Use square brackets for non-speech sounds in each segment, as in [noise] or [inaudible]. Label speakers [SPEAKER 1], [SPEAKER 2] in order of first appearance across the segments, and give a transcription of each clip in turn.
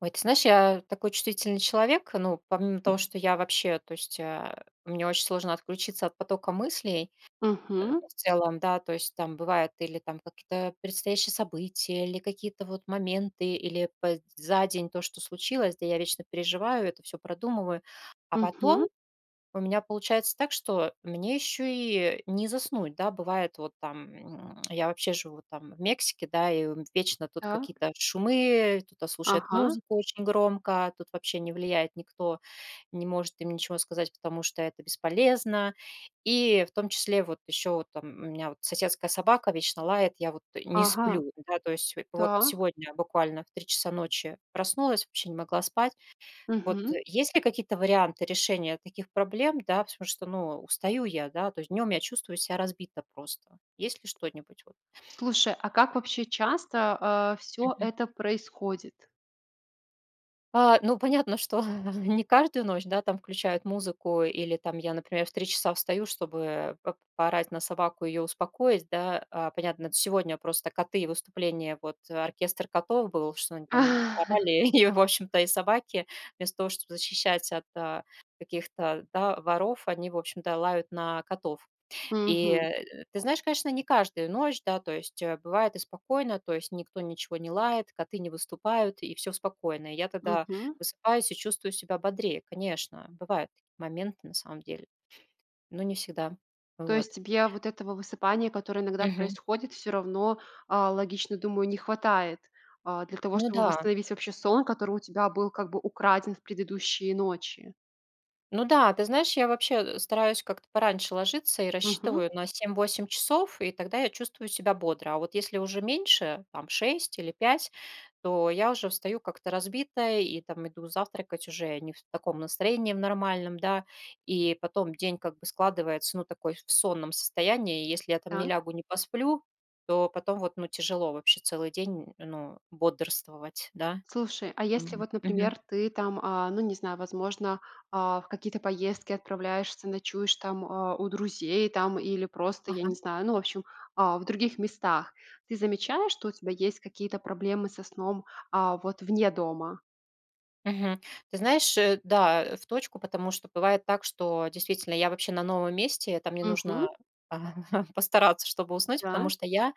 [SPEAKER 1] Ой, ты знаешь, я такой чувствительный человек, ну, помимо того, что я вообще, то есть, мне очень сложно отключиться от потока мыслей,
[SPEAKER 2] Мгм,
[SPEAKER 1] в целом, да, то есть там бывает или там какие-то предстоящие события, или какие-то вот моменты, или за день то, что случилось, да, я вечно переживаю, это все продумываю, а
[SPEAKER 2] мгм.
[SPEAKER 1] потом у меня получается так, что мне еще и не заснуть, да, бывает вот там, я вообще живу там в Мексике, да, и вечно тут
[SPEAKER 2] Так.
[SPEAKER 1] какие-то шумы, кто-то слушает
[SPEAKER 2] Ага,
[SPEAKER 1] музыку очень громко, тут вообще не влияет никто, не может им ничего сказать, потому что это бесполезно. И в том числе вот еще вот там у меня вот соседская собака вечно лает, я вот не
[SPEAKER 2] ага.
[SPEAKER 1] сплю, да, то есть вот
[SPEAKER 2] Так.
[SPEAKER 1] сегодня буквально в 3 часа ночи проснулась, вообще не могла спать, вот
[SPEAKER 2] Мгм.
[SPEAKER 1] есть ли какие-то варианты решения таких проблем, да? Потому что, ну, устаю я, да, то есть днем я чувствую себя разбито просто. Есть ли что-нибудь вот?
[SPEAKER 2] Слушай, а как вообще часто, все это происходит?
[SPEAKER 1] А, ну, понятно, что [laughs] не каждую ночь, да, там включают музыку, или там я, например, в 3 часа встаю, чтобы по поорать на собаку, ее успокоить, да. А, понятно, сегодня просто коты и выступление, вот, оркестр котов был, что они там
[SPEAKER 2] [laughs]
[SPEAKER 1] орали, [laughs] и, в общем-то, и собаки, вместо того, чтобы защищать от, каких-то, да, воров, они, в общем-то, лают на котов. И,
[SPEAKER 2] Мгм,
[SPEAKER 1] ты знаешь, конечно, не каждую ночь, да, то есть, бывает и спокойно, то есть никто ничего не лает, коты не выступают, и все спокойно. И я тогда
[SPEAKER 2] мгм.
[SPEAKER 1] высыпаюсь и чувствую себя бодрее, конечно. Бывают такие моменты на самом деле, но не всегда.
[SPEAKER 2] То есть
[SPEAKER 1] Вот.
[SPEAKER 2] тебе вот этого высыпания, которое иногда
[SPEAKER 1] Мгм.
[SPEAKER 2] происходит, все равно, логично, думаю, не хватает, для того,
[SPEAKER 1] Ну
[SPEAKER 2] чтобы
[SPEAKER 1] да.
[SPEAKER 2] восстановить вообще сон, который у тебя был как бы украден в предыдущие ночи.
[SPEAKER 1] Ну да, ты знаешь, я вообще стараюсь как-то пораньше ложиться и
[SPEAKER 2] Мгм.
[SPEAKER 1] рассчитываю на 7-8 часов, и тогда я чувствую себя бодро. А вот если уже меньше, там 6 или 5, то я уже встаю как-то разбитая и там иду завтракать уже не в таком настроении в нормальном, да, и потом день как бы складывается, ну, такой в сонном состоянии, и если я там не
[SPEAKER 2] Так.
[SPEAKER 1] лягу, не посплю, то потом вот, ну, тяжело вообще целый день, ну, бодрствовать, да.
[SPEAKER 2] Слушай, а если
[SPEAKER 1] Мгм.
[SPEAKER 2] вот,
[SPEAKER 1] Мгм.
[SPEAKER 2] например, ты там, ну, не знаю, возможно, в какие-то поездки отправляешься, ночуешь там у друзей там или просто, я
[SPEAKER 1] Ага.
[SPEAKER 2] не знаю, ну, в общем, в других местах, ты замечаешь, что у тебя есть какие-то проблемы со сном вот вне дома?
[SPEAKER 1] Мгм. Ты знаешь, да, в точку, потому что бывает так, что действительно я вообще на новом месте, там мне нужно
[SPEAKER 2] Угу,
[SPEAKER 1] а, [laughs] постараться, чтобы уснуть, потому
[SPEAKER 2] да.
[SPEAKER 1] что я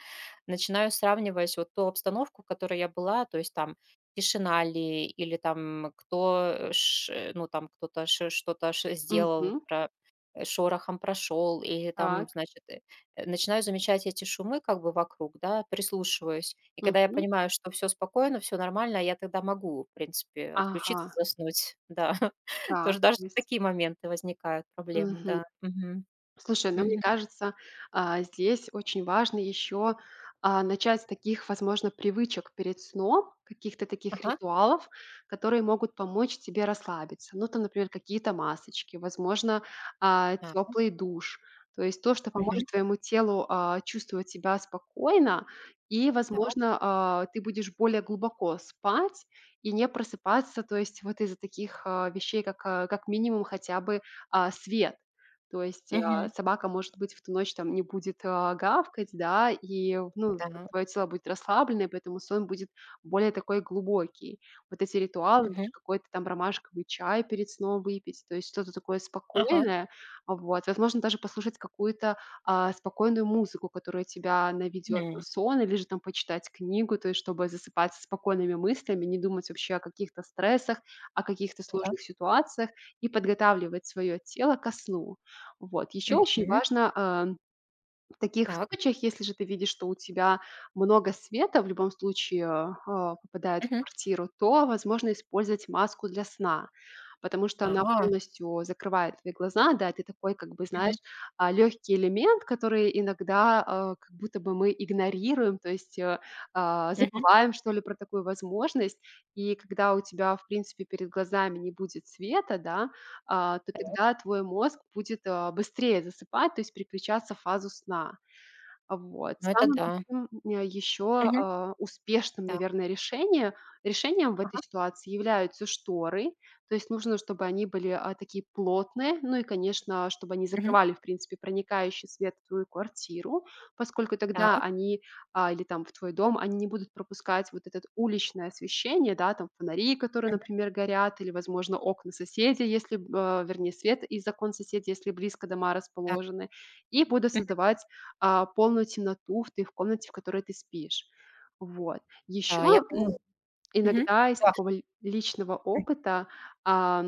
[SPEAKER 1] начинаю сравнивать вот ту обстановку, в которой я была, то есть там тишина ли, или там кто, э, ш- э, ну там кто-то что-то сделал,
[SPEAKER 2] Угу,
[SPEAKER 1] шорохом прошел, или там,
[SPEAKER 2] так.
[SPEAKER 1] значит, начинаю замечать эти шумы как бы вокруг, да, прислушиваюсь. И когда я
[SPEAKER 2] Угу,
[SPEAKER 1] понимаю, что все спокойно, все нормально, я тогда могу, в принципе,
[SPEAKER 2] ага.
[SPEAKER 1] отключиться, заснуть, да. [laughs] Тоже
[SPEAKER 2] Так,
[SPEAKER 1] даже
[SPEAKER 2] то
[SPEAKER 1] в
[SPEAKER 2] есть.
[SPEAKER 1] такие моменты возникают, проблемы,
[SPEAKER 2] Мгм.
[SPEAKER 1] да. Мгм.
[SPEAKER 2] Слушай, ну, мне
[SPEAKER 1] Мгм.
[SPEAKER 2] кажется, здесь очень важно еще, начать с таких, возможно, привычек перед сном, каких-то таких
[SPEAKER 1] Ага.
[SPEAKER 2] ритуалов, которые могут помочь тебе расслабиться. Ну, там, например, какие-то масочки, возможно,
[SPEAKER 1] Так.
[SPEAKER 2] теплый душ. То есть то, что
[SPEAKER 1] Мгм.
[SPEAKER 2] поможет твоему телу, чувствовать себя спокойно, и,
[SPEAKER 1] Так.
[SPEAKER 2] возможно, ты будешь более глубоко спать и не просыпаться, то есть вот из-за таких, вещей, как, как минимум хотя бы, свет. То есть,
[SPEAKER 1] Мгм.
[SPEAKER 2] собака, может быть, в ту ночь там не будет, гавкать, да, и, ну,
[SPEAKER 1] Да.
[SPEAKER 2] твое тело будет расслабленное, поэтому сон будет более такой глубокий. Вот эти ритуалы, даже
[SPEAKER 1] Мгм.
[SPEAKER 2] какой-то там ромашковый чай перед сном выпить, то есть что-то такое
[SPEAKER 1] Ага.
[SPEAKER 2] спокойное. Вот. Возможно, даже послушать какую-то, спокойную музыку, которая тебя наведет на
[SPEAKER 1] М.
[SPEAKER 2] сон, или же там почитать книгу, то есть чтобы засыпать со спокойными мыслями, не думать вообще о каких-то стрессах, о каких-то
[SPEAKER 1] Да.
[SPEAKER 2] сложных ситуациях и подготавливать свое тело ко сну. Вот. Еще очень
[SPEAKER 1] Мгм.
[SPEAKER 2] важно, в таких
[SPEAKER 1] Так.
[SPEAKER 2] случаях, если же ты видишь, что у тебя много света в любом случае, попадает в
[SPEAKER 1] Мгм.
[SPEAKER 2] квартиру, то возможно использовать маску для сна, потому что она
[SPEAKER 1] А.
[SPEAKER 2] полностью закрывает твои глаза, да, ты такой, как бы, знаешь,
[SPEAKER 1] Мгм.
[SPEAKER 2] легкий элемент, который иногда, как будто бы мы игнорируем, то есть,
[SPEAKER 1] Мгм.
[SPEAKER 2] забываем, что ли, про такую возможность. И когда у тебя, в принципе, перед глазами не будет света, да, то
[SPEAKER 1] Так.
[SPEAKER 2] тогда твой мозг будет, быстрее засыпать, то есть переключаться в фазу сна. Вот.
[SPEAKER 1] Ну, это
[SPEAKER 2] Самым
[SPEAKER 1] да.
[SPEAKER 2] таким, еще,
[SPEAKER 1] Мгм.
[SPEAKER 2] успешным,
[SPEAKER 1] Так.
[SPEAKER 2] наверное, решением в этой
[SPEAKER 1] Ага.
[SPEAKER 2] ситуации являются шторы. То есть нужно, чтобы они были, такие плотные, ну и, конечно, чтобы они
[SPEAKER 1] Мгм.
[SPEAKER 2] закрывали, в принципе, проникающий свет в твою квартиру, поскольку
[SPEAKER 1] Да,
[SPEAKER 2] тогда они, или там в твой дом, они не будут пропускать вот этот уличное освещение, да, там фонари, которые, например, горят, или, возможно, окна соседей, если, вернее, свет из окон соседей, если близко дома
[SPEAKER 1] да.
[SPEAKER 2] расположены, и будут
[SPEAKER 1] Мгм.
[SPEAKER 2] создавать полную темноту в комнате, в которой ты спишь. Вот. Еще,
[SPEAKER 1] Да, я поняла. Мгм.
[SPEAKER 2] иногда из
[SPEAKER 1] Да.
[SPEAKER 2] такого л личного
[SPEAKER 1] М.
[SPEAKER 2] опыта, а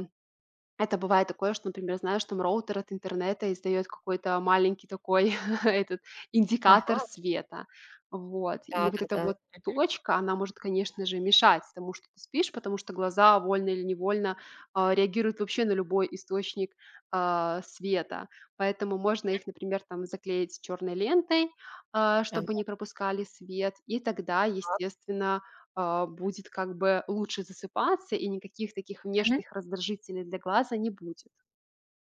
[SPEAKER 2] это бывает такое, что, например, знаешь, там роутер от интернета издает какой-то маленький такой [laughs] этот индикатор
[SPEAKER 1] Ага.
[SPEAKER 2] света. Вот. И вот эта
[SPEAKER 1] Да-да-да.
[SPEAKER 2] вот точка, она может, конечно же, мешать тому, что ты спишь, потому что глаза вольно или невольно, реагируют вообще на любой источник, света. Поэтому можно их, например, там заклеить черной лентой,
[SPEAKER 1] А,
[SPEAKER 2] чтобы не пропускали свет. И тогда,
[SPEAKER 1] так.
[SPEAKER 2] естественно, будет как бы лучше засыпаться, и никаких таких
[SPEAKER 1] Мгм.
[SPEAKER 2] внешних раздражителей для глаза не будет.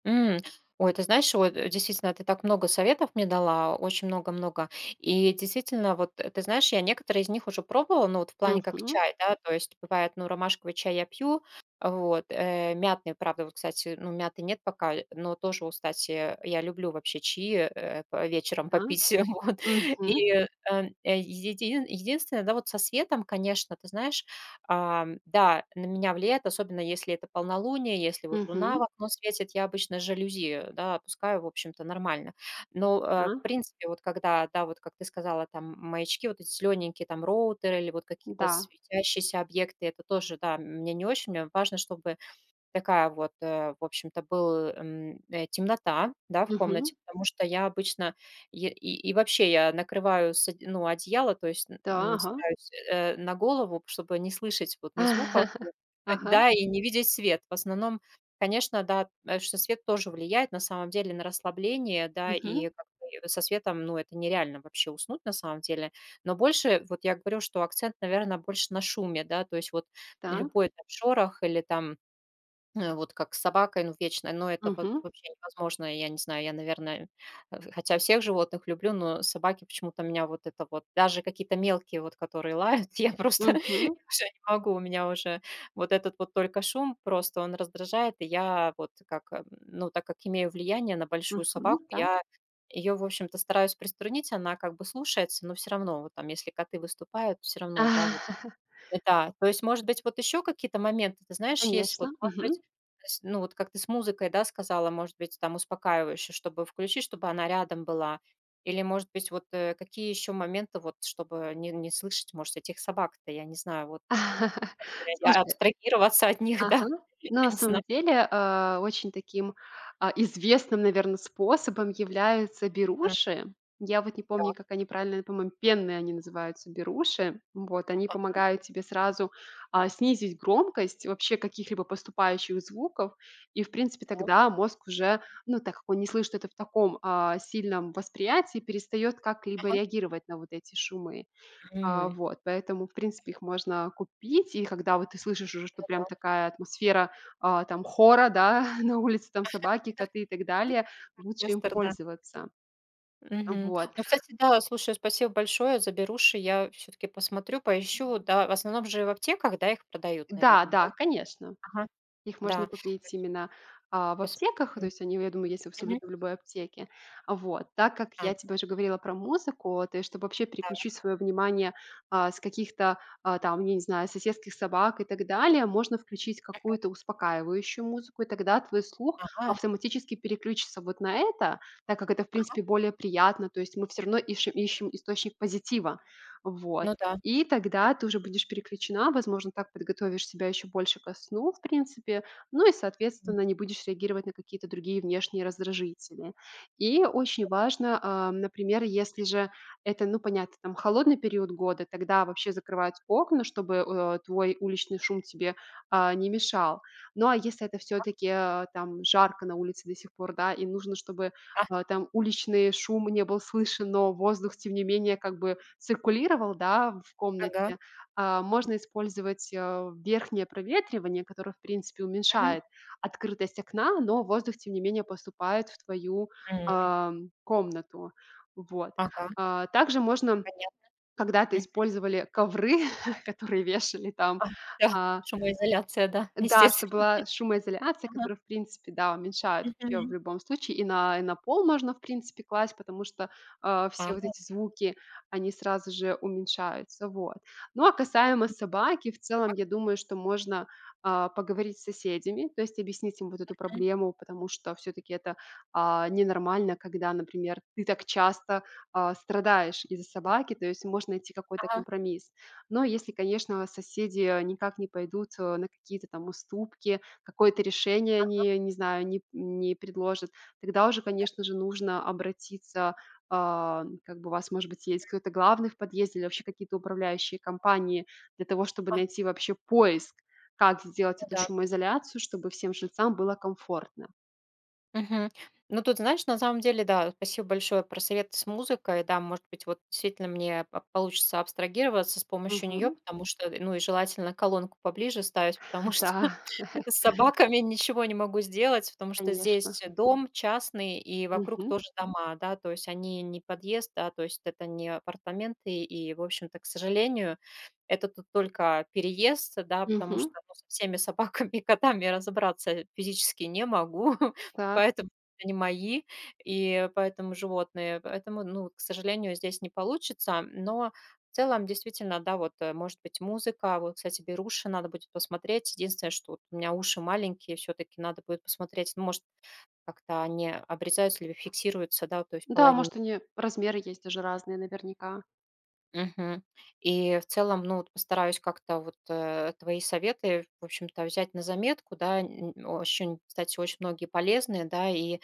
[SPEAKER 1] М. Ой, ты знаешь, вот, действительно, ты так много советов мне дала, очень много-много. И действительно, вот, ты знаешь, я некоторые из них уже пробовала, ну, вот в плане как
[SPEAKER 2] Мгм.
[SPEAKER 1] чай, да, то есть бывает, ну, ромашковый чай я пью, вот, мятный, правда, вот, кстати, ну, мяты нет пока, но тоже, вот, кстати, я люблю вообще чаи, по вечером
[SPEAKER 2] Так.
[SPEAKER 1] попить, [laughs] вот.
[SPEAKER 2] Мгм.
[SPEAKER 1] И, единственное, да, вот со светом, конечно, ты знаешь, да, на меня влияет, особенно если это полнолуние, если вот луна в
[SPEAKER 2] Мгм.
[SPEAKER 1] окно светит, я обычно жалюзи, да, опускаю, в общем-то, нормально. Но, в
[SPEAKER 2] Так.
[SPEAKER 1] принципе, вот когда, да, вот как ты сказала, там маячки, вот эти зелененькие там роутеры или вот какие-то
[SPEAKER 2] Да.
[SPEAKER 1] светящиеся объекты, это тоже, да, мне не очень, мне важно, чтобы такая вот, в общем-то, был, темнота, да, в
[SPEAKER 2] Мгм.
[SPEAKER 1] комнате, потому что я обычно е и вообще я накрываю с од ну, одеяло, то есть, н
[SPEAKER 2] Да.
[SPEAKER 1] н
[SPEAKER 2] Ага.
[SPEAKER 1] стараюсь, на голову, чтобы не слышать вот ни звуков, ни
[SPEAKER 2] [laughs] Ага.
[SPEAKER 1] да, и не видеть свет. В основном, конечно, да, что свет тоже влияет на самом деле на расслабление, да, и
[SPEAKER 2] Мгм.
[SPEAKER 1] как бы со светом, ну, это нереально вообще уснуть на самом деле. Но больше, вот я говорю, что акцент, наверное, больше на шуме, да, то есть вот
[SPEAKER 2] Так.
[SPEAKER 1] любой там шорох или там вот как с собакой, ну, вечно, но это вот
[SPEAKER 2] Мгм.
[SPEAKER 1] вообще невозможно. Я не знаю, я, наверное, хотя всех животных люблю, но собаки почему-то меня вот это вот, даже какие-то мелкие вот, которые лают, [laughs] я просто [laughs] я
[SPEAKER 2] Мгм.
[SPEAKER 1] уже не могу, у меня уже вот этот вот только шум просто он раздражает, и я вот как, ну, так как имею влияние на большую
[SPEAKER 2] Мгм.
[SPEAKER 1] собаку,
[SPEAKER 2] Так.
[SPEAKER 1] я ее, в общем-то, стараюсь приструнить, она как бы слушается, но все равно, вот там, если коты выступают, все равно, да, вот
[SPEAKER 2] [laughs]
[SPEAKER 1] да, то есть, может быть, вот еще какие-то моменты, ты знаешь, есть вот,
[SPEAKER 2] Конечно.
[SPEAKER 1] может быть,
[SPEAKER 2] Мгм.
[SPEAKER 1] то ну, вот как ты с музыкой, да, сказала, может быть, там успокаивающе, чтобы включить, чтобы она рядом была. Или, может быть, вот какие еще моменты, вот, чтобы не слышать, может, этих собак-то, я не знаю, вот
[SPEAKER 2] [laughs]
[SPEAKER 1] или я
[SPEAKER 2] Слушай.
[SPEAKER 1] абстрагироваться от них,
[SPEAKER 2] Ага.
[SPEAKER 1] да, [laughs] я
[SPEAKER 2] Но на
[SPEAKER 1] не знаю.
[SPEAKER 2] самом деле, очень таким, известным, наверное, способом являются
[SPEAKER 1] А,
[SPEAKER 2] беруши. Я вот не
[SPEAKER 1] так,
[SPEAKER 2] помню, как они правильно, по-моему, пенные они называются беруши. Вот, они помогают тебе сразу, снизить громкость вообще каких-либо поступающих звуков. И, в принципе,
[SPEAKER 1] ага,
[SPEAKER 2] тогда мозг уже, ну, так как он не слышит это в таком, сильном восприятии, перестает как-либо
[SPEAKER 1] ага.
[SPEAKER 2] реагировать на вот эти шумы.
[SPEAKER 1] М,
[SPEAKER 2] Вот, поэтому, в принципе, их можно купить. И когда вот ты слышишь уже, что
[SPEAKER 1] ну да,
[SPEAKER 2] прям такая атмосфера, там хора, да, [laughs] на улице там собаки, коты и так далее, лучше им
[SPEAKER 1] Эстер, да.
[SPEAKER 2] пользоваться.
[SPEAKER 1] Мгм.
[SPEAKER 2] Вот.
[SPEAKER 1] Ну, кстати, да, слушай, спасибо большое за беруши. Я все-таки посмотрю, поищу. Да, в основном же в аптеках, да, их продают,
[SPEAKER 2] Да,
[SPEAKER 1] наверное, да?
[SPEAKER 2] да, конечно.
[SPEAKER 1] Ага,
[SPEAKER 2] Их можно
[SPEAKER 1] да,
[SPEAKER 2] купить именно, в
[SPEAKER 1] посмотрю.
[SPEAKER 2] аптеках, то есть они, я думаю, есть
[SPEAKER 1] Мгм.
[SPEAKER 2] абсолютно в любой аптеке. Вот. Так как
[SPEAKER 1] А,
[SPEAKER 2] я тебе уже говорила про музыку, то есть чтобы вообще
[SPEAKER 1] да,
[SPEAKER 2] переключить свое внимание, с каких-то, там, я не знаю, соседских собак и так далее, можно включить какую-то успокаивающую музыку, и тогда твой слух
[SPEAKER 1] ага,
[SPEAKER 2] автоматически переключится вот на это, так как это, в
[SPEAKER 1] ага,
[SPEAKER 2] принципе, более приятно. То есть мы все равно иши ищем источник позитива. Вот.
[SPEAKER 1] ну да.
[SPEAKER 2] И тогда ты уже будешь переключена, возможно, так подготовишь себя еще больше ко сну, в принципе, ну и,
[SPEAKER 1] Мгм.
[SPEAKER 2] соответственно, не будешь реагировать на какие-то другие внешние раздражители. И очень важно, например, если же это, ну, понятно, там холодный период года, тогда вообще закрывать окна, чтобы твой уличный шум тебе не мешал. Ну а если это все-таки там жарко на улице до сих пор, да, и нужно, чтобы
[SPEAKER 1] Ага,
[SPEAKER 2] там уличный шум не был слышен, но воздух, тем не менее, как бы циркулировал, да, в
[SPEAKER 1] ага,
[SPEAKER 2] комнате. Можно использовать, верхнее проветривание, которое, в принципе,
[SPEAKER 1] мгм.
[SPEAKER 2] уменьшает открытость окна, но воздух, тем не менее, поступает в твою,
[SPEAKER 1] М,
[SPEAKER 2] комнату. Вот.
[SPEAKER 1] ага,
[SPEAKER 2] Также можно
[SPEAKER 1] понятно.
[SPEAKER 2] когда-то
[SPEAKER 1] Мгм.
[SPEAKER 2] использовали ковры, [laughs] которые вешали там,
[SPEAKER 1] А, да,
[SPEAKER 2] а
[SPEAKER 1] шумоизоляция, да, [laughs]
[SPEAKER 2] да, чтобы
[SPEAKER 1] естественно.
[SPEAKER 2] была шумоизоляция,
[SPEAKER 1] Ага,
[SPEAKER 2] которая в принципе, да, уменьшает вообще в
[SPEAKER 1] мгм.
[SPEAKER 2] любом случае. И на пол можно, в принципе, класть, потому что,
[SPEAKER 1] А,
[SPEAKER 2] все вот
[SPEAKER 1] ну
[SPEAKER 2] эти звуки, они сразу же уменьшаются, вот. Ну, а касаемо собаки, в целом,
[SPEAKER 1] так,
[SPEAKER 2] я думаю, что можно, поговорить с соседями, то есть объяснить им вот эту
[SPEAKER 1] мгм.
[SPEAKER 2] проблему, потому что все таки это, ненормально, когда, например, ты так часто, страдаешь из-за собаки, то есть можно найти какой-то
[SPEAKER 1] Ага,
[SPEAKER 2] компромисс. Но если, конечно, соседи никак не пойдут на какие-то там уступки, какое-то решение они, не знаю, не предложат, тогда уже, конечно же, нужно обратиться, как бы у вас, может быть, есть кто-то главный в подъезде или вообще какие-то управляющие компании для того, чтобы
[SPEAKER 1] а,
[SPEAKER 2] найти вообще поиск, как сделать
[SPEAKER 1] ну
[SPEAKER 2] эту
[SPEAKER 1] да.
[SPEAKER 2] шумоизоляцию, чтобы всем жильцам было комфортно.
[SPEAKER 1] Мгм. Ну, тут, знаешь, на самом деле, да, спасибо большое про совет с музыкой. Да, может быть, вот действительно мне получится абстрагироваться с помощью нее,
[SPEAKER 2] Мгм.
[SPEAKER 1] потому что, ну, и желательно колонку поближе ставить, [laughs] потому
[SPEAKER 2] [laughs]
[SPEAKER 1] что
[SPEAKER 2] Да,
[SPEAKER 1] [laughs] с собаками ничего не могу сделать, потому что
[SPEAKER 2] конечно.
[SPEAKER 1] здесь дом частный и вокруг
[SPEAKER 2] Мгм.
[SPEAKER 1] тоже дома, да, то есть они не подъезд, да, то есть это не апартаменты. И, в общем-то, к сожалению, это тут только переезд, да, потому
[SPEAKER 2] Мгм.
[SPEAKER 1] что, ну, со всеми собаками и котами я разобраться физически не могу, [laughs]
[SPEAKER 2] Так.
[SPEAKER 1] поэтому они мои, и поэтому животные. Поэтому, ну, к сожалению, здесь не получится, но в целом, действительно, да, вот, может быть, музыка. Вот, кстати, беруши надо будет посмотреть. Единственное, что вот у меня уши маленькие, все-таки надо будет посмотреть, ну, может, как-то они обрезаются или фиксируются, да, то есть
[SPEAKER 2] Да,
[SPEAKER 1] половинкой.
[SPEAKER 2] может, они размеры есть даже разные наверняка.
[SPEAKER 1] Мгм. И в целом, ну, вот постараюсь как-то вот, твои советы, в общем-то, взять на заметку, да, н очень, кстати, очень многие полезные, да, и,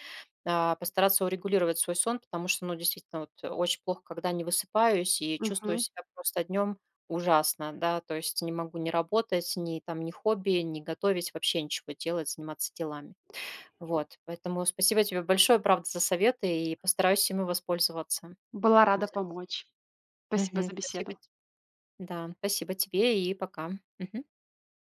[SPEAKER 1] постараться урегулировать свой сон, потому что, ну, действительно, вот очень плохо, когда не высыпаюсь и чувствую
[SPEAKER 2] Мгм.
[SPEAKER 1] себя просто днем ужасно, да, то есть не могу ни работать, ни там, ни хобби, ни готовить, вообще ничего делать, заниматься делами. Вот, поэтому спасибо тебе большое, правда, за советы и постараюсь ими воспользоваться
[SPEAKER 2] Была рада
[SPEAKER 1] обязательно.
[SPEAKER 2] помочь. Спасибо
[SPEAKER 1] Мгм.
[SPEAKER 2] за
[SPEAKER 1] Спасибо
[SPEAKER 2] беседу.
[SPEAKER 1] те да, спасибо тебе и пока. Мгм.